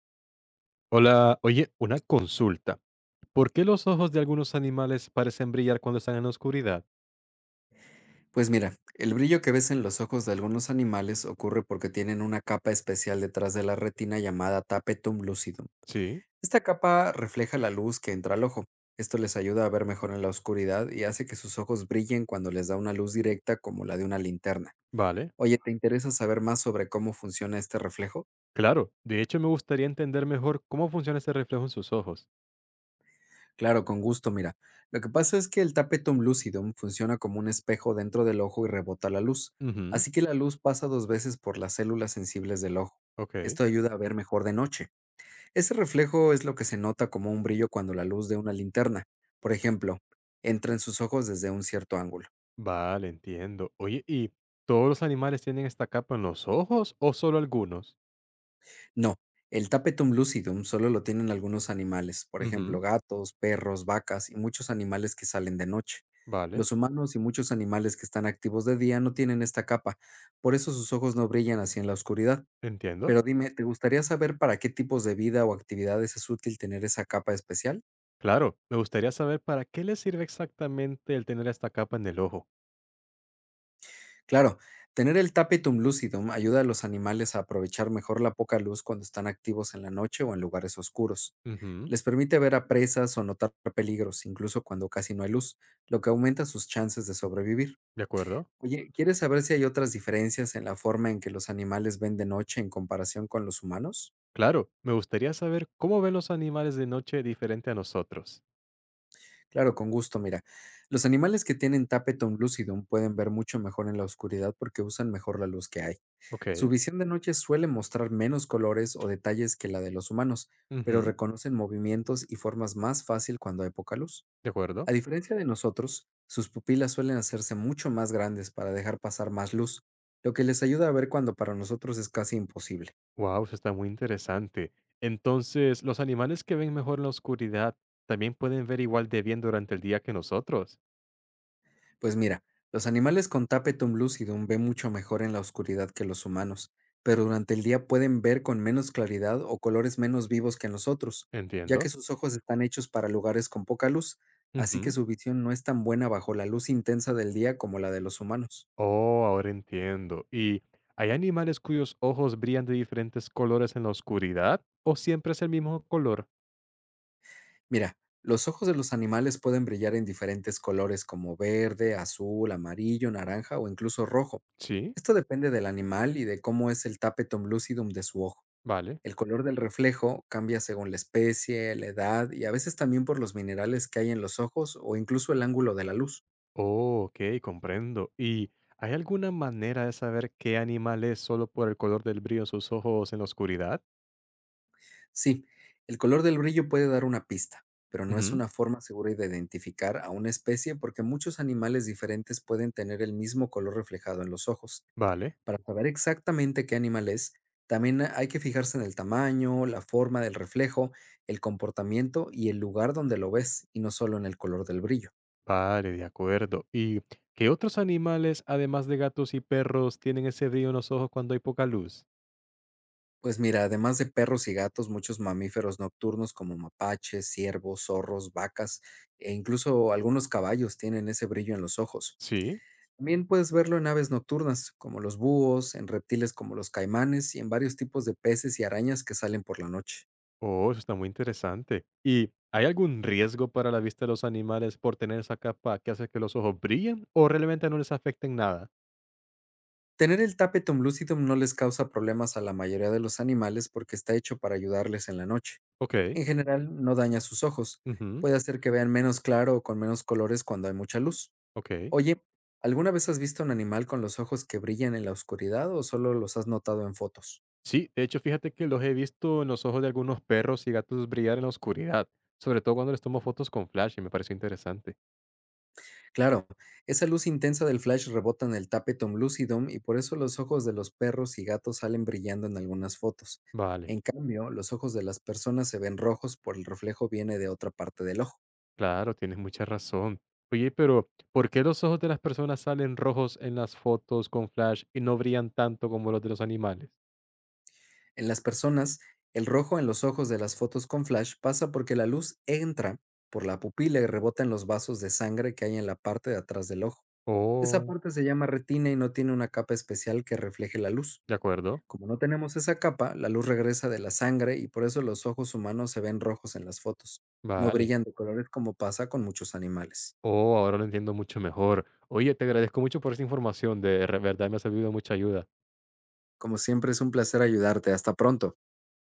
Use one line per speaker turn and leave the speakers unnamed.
Hola, oye, una consulta. ¿Por qué los ojos de algunos animales parecen brillar cuando están en la oscuridad?
Pues mira, el brillo que ves en los ojos de algunos animales ocurre porque tienen una capa especial detrás de la retina llamada tapetum lucidum.
Sí,
Esta capa refleja la luz que entra al ojo. Esto les ayuda a ver mejor en la oscuridad y hace que sus ojos brillen cuando les da una luz directa como la de una linterna.
vale,
Oye, ¿te interesa saber más sobre cómo funciona este reflejo?
claro. De hecho, me gustaría entender mejor cómo funciona ese reflejo en sus ojos.
Claro, con gusto, mira. Lo que pasa es que el tapetum lucidum funciona como un espejo dentro del ojo y rebota la luz,
Ujú,
así que la luz pasa 2 veces por las células sensibles del ojo.
ok.
Esto ayuda a ver mejor de noche. Ese reflejo es lo que se nota como un brillo cuando la luz de una linterna, por ejemplo, entra en sus ojos desde un cierto ángulo.
Vale, entiendo. Oye, ¿y todos los animales tienen esta capa en los ojos o solo algunos?
No, el tapetum lucidum solo lo tienen algunos animales, por ejemplo,
Ujú,
gatos, perros, vacas y muchos animales que salen de noche.
vale,
Los humanos y muchos animales que están activos de día no tienen esta capa, por eso sus ojos no brillan así en la oscuridad.
entiendo.
Pero dime, ¿te gustaría saber para qué tipos de vida o actividades es útil tener esa capa especial?
Claro, me gustaría saber para qué les sirve exactamente el tener esta capa en el ojo.
Claro, tener el tapetum lucidum ayuda a los animales a aprovechar mejor la poca luz cuando están activos en la noche o en lugares oscuros.
Ujú,
Les permite ver a presas o notar peligros, incluso cuando casi no hay luz, lo que aumenta sus chances de sobrevivir.
de acuerdo.
Oye, ¿quieres saber si hay otras diferencias en la forma en que los animales ven de noche en comparación con los humanos?
Claro, me gustaría saber cómo ven los animales de noche diferente a nosotros.
Claro, con gusto, mira. Los animales que tienen tapetum lucidum pueden ver mucho mejor en la oscuridad porque usan mejor la luz que hay. Su
Ok,
visión de noche suele mostrar menos colores o detalles que la de los humanos, pero
ujú,
reconocen movimientos y formas más fácil cuando hay poca luz.
de acuerdo.
A diferencia de nosotros, sus pupilas suelen hacerse mucho más grandes para dejar pasar más luz, lo que les ayuda a ver cuando para nosotros es casi imposible.
Wow, eso está muy interesante. Entonces, ¿los animales que ven mejor en la oscuridad también pueden ver igual de bien durante el día que nosotros?
Pues mira, los animales con tapetum lucidum ven mucho mejor en la oscuridad que los humanos, pero durante el día pueden ver con menos claridad o colores menos vivos que nosotros, ya que
Entiendo.
sus ojos están hechos para lugares con poca luz, así que
Ujú.
su visión no es tan buena bajo la luz intensa del día como la de los humanos.
Oh, ahora entiendo. ¿Y hay animales cuyos ojos brillan de diferentes colores en la oscuridad? ¿O siempre es el mismo color?
Mira, los ojos de los animales pueden brillar en diferentes colores como verde, azul, amarillo, naranja o incluso rojo.
Sí,
Esto depende del animal y de cómo es el tapetum lucidum de su ojo.
vale.
El color del reflejo cambia según la especie, la edad y a veces también por los minerales que hay en los ojos o incluso el ángulo de la luz.
Oh, ok, comprendo. ¿Y hay alguna manera de saber qué animal es solo por el color del brillo en sus ojos en la oscuridad?
Sí, el color del brillo puede dar una pista, pero no es
Ujú.
una forma segura de identificar a una especie porque muchos animales diferentes pueden tener el mismo color reflejado en los ojos.
Vale,
Para saber exactamente qué animal es, también hay que fijarse en el tamaño, la forma del reflejo, el comportamiento y el lugar donde lo ves, y no solo en el color del brillo.
vale, de acuerdo. ¿Y qué otros animales, además de gatos y perros, tienen ese brillo en los ojos cuando hay poca luz?
Pues mira, además de perros y gatos, muchos mamíferos nocturnos como mapaches, ciervos, zorros, vacas e incluso algunos caballos tienen ese brillo en los ojos.
Sí.
También puedes verlo en aves nocturnas, como los búhos, en reptiles como los caimanes y en varios tipos de peces y arañas que salen por la noche.
Oh, eso está muy interesante. ¿Y hay algún riesgo para la vista de los animales por tener esa capa que hace que los ojos brillen o realmente no les afecten nada?
Tener el tapetum lucidum no les causa problemas a la mayoría de los animales porque está hecho para ayudarles en la noche.
Ok,
En general, no daña sus ojos.
ujú,
Puede hacer que vean menos claro o con menos colores cuando hay mucha luz.
ok.
Oye, ¿alguna vez has visto un animal con los ojos que brillan en la oscuridad o solo los has notado en fotos?
Sí, de hecho, fíjate que los he visto en los ojos de algunos perros y gatos brillar en la oscuridad, sobre todo cuando les tomo fotos con flash y me pareció interesante.
Claro, esa luz intensa del flash rebota en el tapetum lucidum y por eso los ojos de los perros y gatos salen brillando en algunas fotos.
Vale,
En cambio, los ojos de las personas se ven rojos por el reflejo viene de otra parte del ojo.
claro, tienes mucha razón. Oye, pero ¿por qué los ojos de las personas salen rojos en las fotos con flash y no brillan tanto como los de los animales?
En las personas, el rojo en los ojos de las fotos con flash pasa porque la luz entra por la pupila y rebota en los vasos de sangre que hay en la parte de atrás del ojo. Esa
Oh,
parte se llama retina y no tiene una capa especial que refleje la luz.
de acuerdo.
Como no tenemos esa capa, la luz regresa de la sangre y por eso los ojos humanos se ven rojos en las fotos. No
Vale.
brillan de colores como pasa con muchos animales.
Oh, ahora lo entiendo mucho mejor. Oye, te agradezco mucho por esa información, de verdad me ha servido de mucha ayuda.
Como siempre es un placer ayudarte. Hasta pronto.